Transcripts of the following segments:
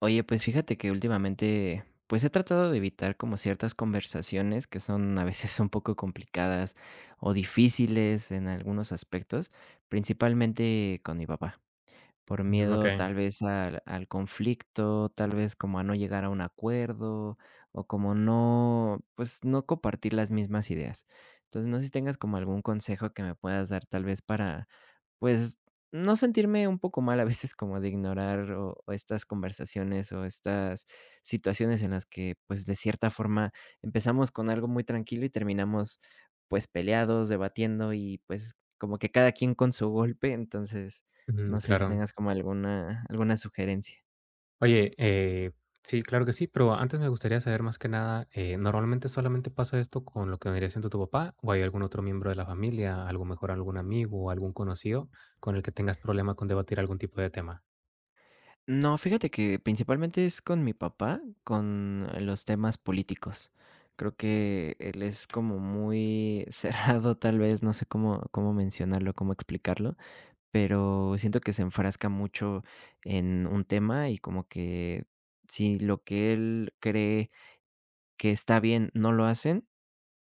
Oye, pues fíjate que últimamente, pues he tratado de evitar como ciertas conversaciones que son a veces un poco complicadas o difíciles en algunos aspectos, principalmente con mi papá. Por Mm, miedo okey. tal vez al conflicto, tal vez como a no llegar a un acuerdo, o como no, pues, no compartir las mismas ideas. Entonces, no sé si tengas como algún consejo que me puedas dar tal vez para, pues, no sentirme un poco mal a veces como de ignorar o estas conversaciones o estas situaciones en las que, pues, de cierta forma empezamos con algo muy tranquilo y terminamos, pues, peleados, debatiendo y, pues, como que cada quien con su golpe. Entonces, Ujú, no sé si claro. tengas como alguna sugerencia. Oye, sí, claro que sí, pero antes me gustaría saber más que nada, ¿normalmente solamente pasa esto con lo que vendría siendo tu papá, o hay algún otro miembro de la familia, algo mejor algún amigo o algún conocido con el que tengas problema con debatir algún tipo de tema? No, fíjate que principalmente es con mi papá, con los temas políticos. Creo que él es como muy cerrado, tal vez, no sé cómo mencionarlo, cómo explicarlo, pero siento que se enfrasca mucho en un tema y como que si lo que él cree que está bien no lo hacen,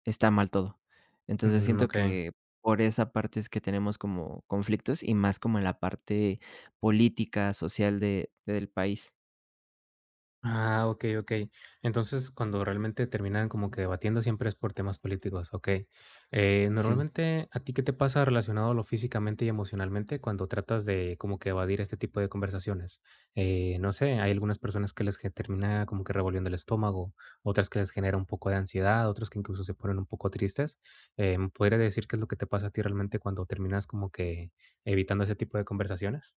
está mal todo. Entonces, Mm, siento okey. que por esa parte es que tenemos como conflictos y más como en la parte política, social de del país. Ah, okey, okey. Entonces, cuando realmente terminan como que debatiendo, siempre es por temas políticos, okey. Sí. Normalmente, ¿a ti qué te pasa relacionado a lo físicamente y emocionalmente cuando tratas de como que evadir este tipo de conversaciones? No sé, hay algunas personas que termina como que revolviendo el estómago, otras que les genera un poco de ansiedad, otros que incluso se ponen un poco tristes. ¿Me podrías decir qué es lo que te pasa a ti realmente cuando terminas como que evitando ese tipo de conversaciones?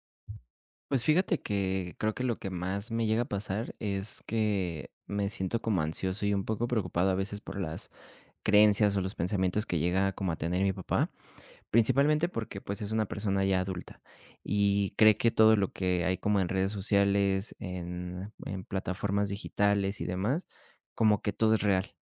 Pues fíjate que creo que lo que más me llega a pasar es que me siento como ansioso y un poco preocupado a veces por las creencias o los pensamientos que llega como a tener mi papá. Principalmente porque, pues, es una persona ya adulta y cree que todo lo que hay como en redes sociales, en plataformas digitales y demás, como que todo es real.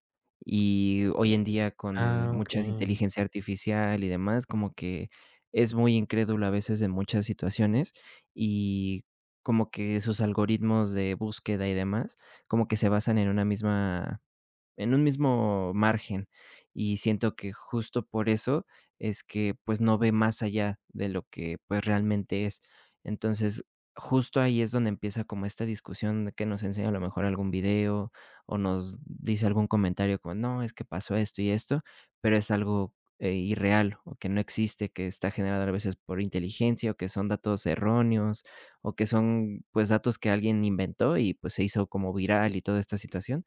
Y hoy en día con Ah, muchas okey, inteligencia artificial y demás, como que es muy incrédulo a veces de muchas situaciones y como que sus algoritmos de búsqueda y demás, como que se basan en una misma en un mismo margen. Y siento que justo por eso es que, pues, no ve más allá de lo que, pues, realmente es. Entonces, justo ahí es donde empieza como esta discusión de que nos enseña a lo mejor algún video o nos dice algún comentario como: "No, es que pasó esto y esto", pero es algo, irreal o que no existe, que está generado a veces por inteligencia o que son datos erróneos o que son, pues, datos que alguien inventó y, pues, se hizo como viral y toda esta situación.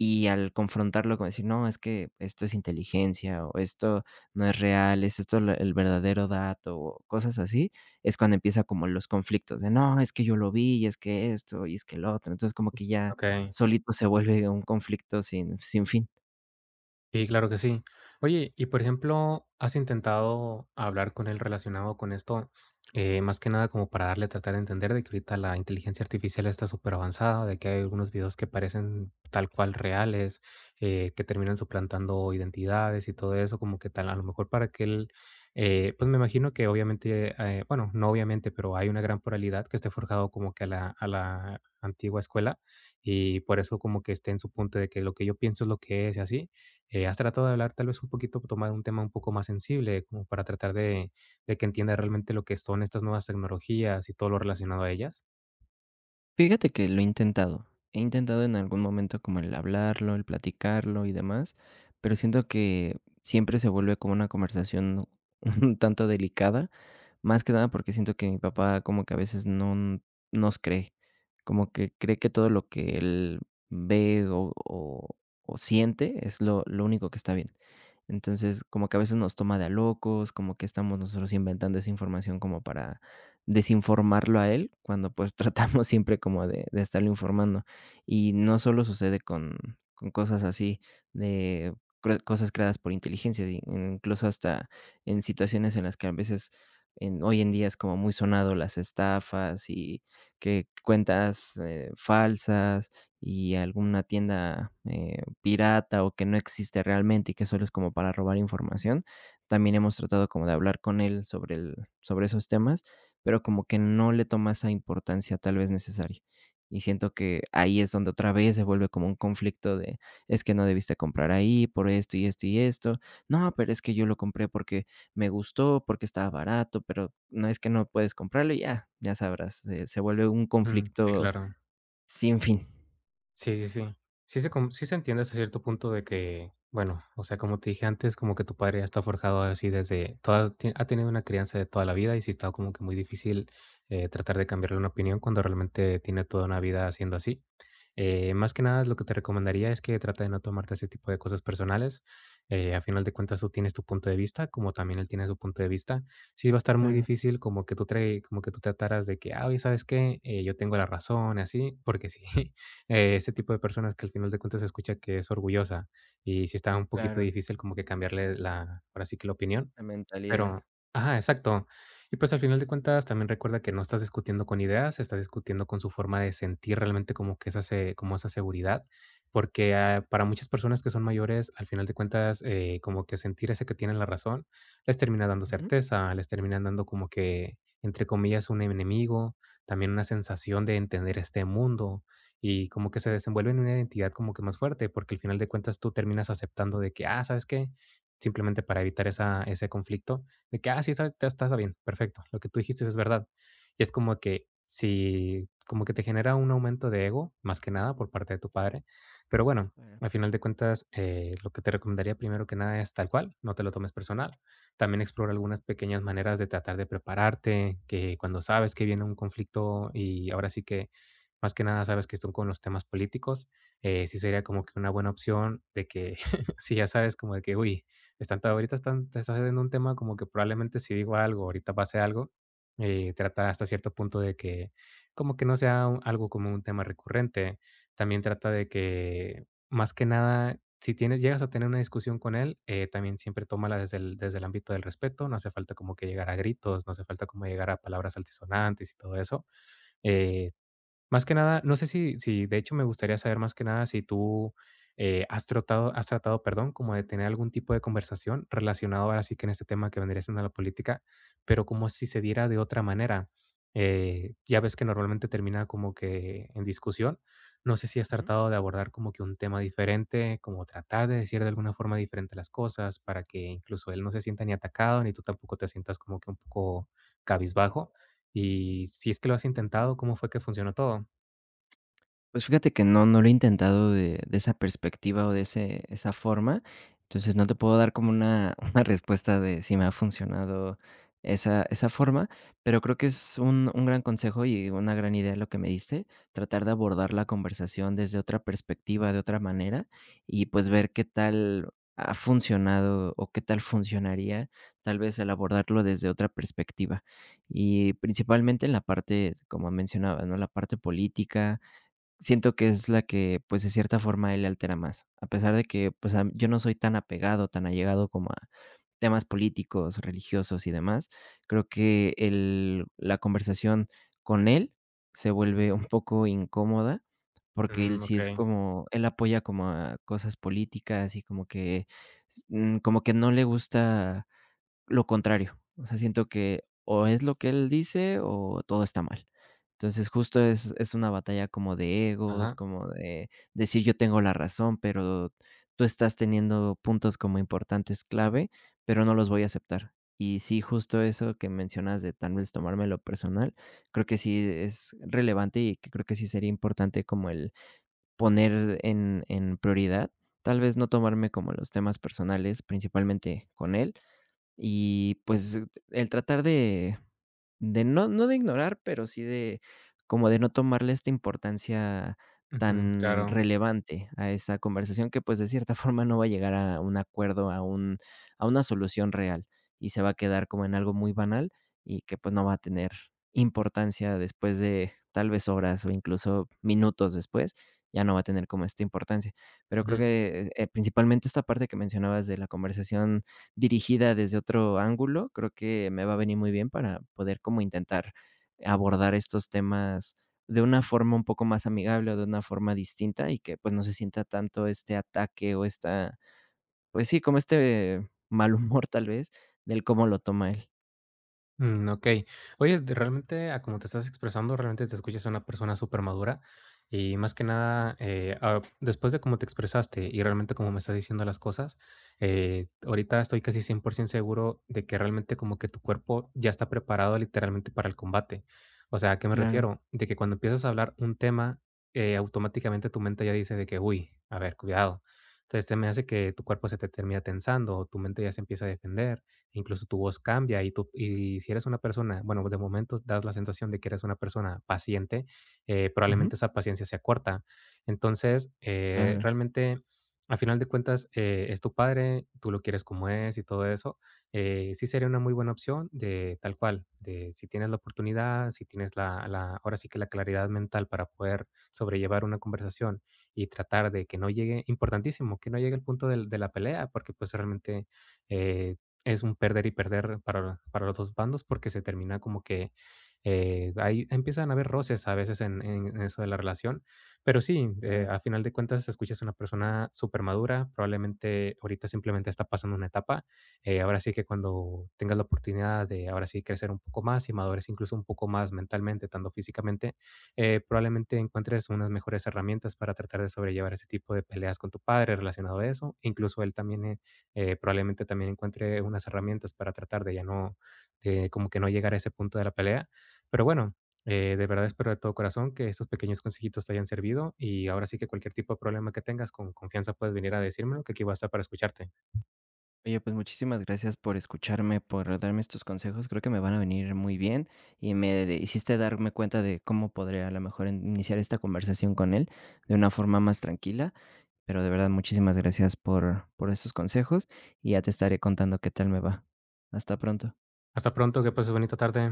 Y al confrontarlo con decir: "No, es que esto es inteligencia, o esto no es real, es esto la el verdadero dato", o cosas así, es cuando empieza como los conflictos de: "No, es que yo lo vi, y es que esto, y es que lo otro". Entonces, como que ya okey. solito se vuelve un conflicto sin fin. Sí, claro que sí. Oye, y por ejemplo, ¿has intentado hablar con él relacionado con esto? Más que nada como para darle, tratar de entender de que ahorita la inteligencia artificial está súper avanzada, de que hay algunos videos que parecen tal cual reales, que terminan suplantando identidades y todo eso, como que tal, a lo mejor para que él, pues me imagino que obviamente, bueno, no obviamente, pero hay una gran pluralidad que esté forjado como que a la antigua escuela y por eso como que esté en su punto de que lo que yo pienso es lo que es y así. ¿Has tratado de hablar tal vez un poquito, tomar un tema un poco más sensible, como para tratar de que entienda realmente lo que son estas nuevas tecnologías y todo lo relacionado a ellas? Fíjate que lo he intentado. He intentado en algún momento como el hablarlo, el platicarlo y demás, pero siento que siempre se vuelve como una conversación un tanto delicada, más que nada porque siento que mi papá como que a veces no nos cree, como que cree que todo lo que él ve o o- siente es lo único que está bien. Entonces como que a veces nos toma de a locos, como que estamos nosotros inventando esa información como para desinformarlo a él cuando pues tratamos siempre como de estarlo informando. Y no solo sucede con cosas así de cosas creadas por inteligencia, incluso hasta en situaciones en las que a veces hoy en día es como muy sonado las estafas y que cuentas falsas y alguna tienda pirata o que no existe realmente y que solo es como para robar información. También hemos tratado como de hablar con él sobre esos temas pero como que no le toma esa importancia tal vez necesaria. Y siento que ahí es donde otra vez se vuelve como un conflicto de, es que no debiste comprar ahí por esto y esto y esto. No, pero es que yo lo compré porque me gustó, porque estaba barato, pero no es que no puedes comprarlo y ya, ya sabrás, se vuelve un Mm, sí, conflicto claro. sin fin. Sí, sí, sí. Sí se com Sí se entiende hasta cierto punto de que, bueno, o sea, como te dije antes, como que tu padre ya está forjado así desde toda ti ha tenido una crianza de toda la vida y sí está como que muy difícil, tratar de cambiarle una opinión cuando realmente tiene toda una vida haciendo así. Más que nada, lo que te recomendaría es que trata de no tomarte ese tipo de cosas personales. A final de cuentas, tú tienes tu punto de vista, como también él tiene su punto de vista. Sí va a estar muy Claro, difícil como que tú trae como que tú trataras de que: "Ah, oye, ¿sabes qué? Yo tengo la razón", y así, porque sí, ese tipo de personas que al final de cuentas se escucha que es orgullosa y si está un poquito claro, difícil como que cambiarle la, ahora sí que la opinión. la mentalidad. Pero ajá, exacto. Y pues, al final de cuentas, también recuerda que no estás discutiendo con ideas, estás discutiendo con su forma de sentir realmente como que esa se como esa seguridad, porque, ah, para muchas personas que son mayores, al final de cuentas, como que sentir ese que tienen la razón, les termina dando Ujú, certeza, les termina dando como que, entre comillas, un enemigo, también una sensación de entender este mundo, y como que se desenvuelve en una identidad como que más fuerte, porque al final de cuentas tú terminas aceptando de que: "Ah, ¿sabes qué? Simplemente para evitar esa, ese conflicto de que, ah, sí, está bien, perfecto, lo que tú dijiste es verdad. Y es como que si, como que te genera un aumento de ego, más que nada por parte de tu padre. Pero bueno, claro. al final de cuentas, lo que te recomendaría primero que nada es tal cual, no te lo tomes personal. También explora algunas pequeñas maneras de tratar de prepararte, que cuando sabes que viene un conflicto y ahora sí que más que nada sabes que son con los temas políticos, sí sería como que una buena opción de que si ya sabes como de que, uy, están ta ahorita están te estás haciendo un tema como que probablemente si digo algo, ahorita pase algo, trata hasta cierto punto de que como que no sea un algo como un tema recurrente. También trata de que, más que nada, si tienes llegas a tener una discusión con él, también siempre tómala desde el ámbito del respeto, no hace falta como que llegar a gritos, no hace falta como llegar a palabras altisonantes y todo eso. Eh más que nada, no sé si de hecho me gustaría saber más que nada si tú, has tratado, perdón, como de tener algún tipo de conversación relacionado ahora sí que en este tema que vendría siendo la política, pero como si se diera de otra manera. Ya ves que normalmente termina como que en discusión. No sé si has Ujú. tratado de abordar como que un tema diferente, como tratar de decir de alguna forma diferente las cosas para que incluso él no se sienta ni atacado, ni tú tampoco te sientas como que un poco cabizbajo. Y si es que lo has intentado, ¿cómo fue que funcionó todo? Pues fíjate que no, no lo he intentado de esa perspectiva o de ese esa forma. Entonces, no te puedo dar como una una respuesta de si me ha funcionado esa forma, pero creo que es un gran consejo y una gran idea lo que me diste, tratar de abordar la conversación desde otra perspectiva, de otra manera, y pues ver qué tal ha funcionado o qué tal funcionaría, tal vez el abordarlo desde otra perspectiva. Y principalmente en la parte, como mencionabas, ¿no? La parte política, siento que es la que, pues, de cierta forma, él le altera más. A pesar de que, pues, am yo no soy tan apegado, tan allegado como a temas políticos, religiosos y demás. Creo que el la conversación con él se vuelve un poco incómoda, porque él Mm, sí es okey. como él apoya como a cosas políticas y como que, como que no le gusta lo contrario, o sea, siento que o es lo que él dice o todo está mal. Entonces, justo es una batalla como de egos, Ajá. como de decir: "Yo tengo la razón, pero tú estás teniendo puntos como importantes clave, pero no los voy a aceptar". Y sí, justo eso que mencionas de tal vez tomármelo personal, creo que sí es relevante y que creo que sí sería importante como el poner en prioridad, tal vez no tomarme como los temas personales, principalmente con él, y, pues, el tratar de no de ignorar, pero sí de como de no tomarle esta importancia Ujú, tan claro. relevante a esa conversación que, pues, de cierta forma no va a llegar a un acuerdo, a un a una solución real, y se va a quedar como en algo muy banal y que, pues, no va a tener importancia después de tal vez horas o incluso minutos después, ya no va a tener como esta importancia. Pero creo Ujú. que, principalmente esta parte que mencionabas de la conversación dirigida desde otro ángulo, creo que me va a venir muy bien para poder como intentar abordar estos temas de una forma un poco más amigable o de una forma distinta y que, pues, no se sienta tanto este ataque o esta, pues sí, como este mal humor, tal vez, del cómo lo toma él. Mm, okey. Oye, de realmente, a como te estás expresando, realmente te escuchas una persona súper madura y más que nada, ah, después de cómo te expresaste y realmente cómo me estás diciendo las cosas, ahorita estoy casi 100% seguro de que realmente como que tu cuerpo ya está preparado literalmente para el combate. O sea, ¿a qué me Claro. refiero? De que cuando empiezas a hablar un tema, automáticamente tu mente ya dice de que: "Uy, a ver, cuidado". Entonces, se me hace que tu cuerpo se te termina tensando o tu mente ya se empieza a defender, incluso tu voz cambia y, tú, y si eres una persona, bueno, de momento das la sensación de que eres una persona paciente, Ujú. probablemente esa paciencia sea corta. Entonces, Claro, realmente, a final de cuentas, es tu padre, tú lo quieres como es y todo eso. Sí sería una muy buena opción de tal cual, de si tienes la oportunidad, si tienes ahora sí que la claridad mental para poder sobrellevar una conversación y tratar de que no llegue, importantísimo, que no llegue el punto de la pelea, porque pues realmente eh, es un perder y perder para los 2 bandos, porque se termina como que, ahí empiezan a haber roces a veces en eso de la relación. Pero sí, claro. a final de cuentas, escuchas a una persona súper madura probablemente ahorita simplemente está pasando una etapa. Ahora sí que cuando tengas la oportunidad de, ahora sí, crecer un poco más y madures incluso un poco más mentalmente, tanto físicamente, probablemente encuentres unas mejores herramientas para tratar de sobrellevar ese tipo de peleas con tu padre relacionado a eso. Incluso él también, probablemente también encuentre unas herramientas para tratar de ya no, de como que no llegar a ese punto de la pelea. Pero bueno, de verdad espero de todo corazón que estos pequeños consejitos te hayan servido y ahora sí que cualquier tipo de problema que tengas, con confianza puedes venir a decírmelo, que aquí voy a estar para escucharte. Oye, pues muchísimas gracias por escucharme, por darme estos consejos. Creo que me van a venir muy bien y me hiciste darme cuenta de cómo podría a lo mejor iniciar esta conversación con él de una forma más tranquila. Pero de verdad, muchísimas gracias por estos consejos y ya te estaré contando qué tal me va. Hasta pronto. Hasta pronto, que pases bonita tarde.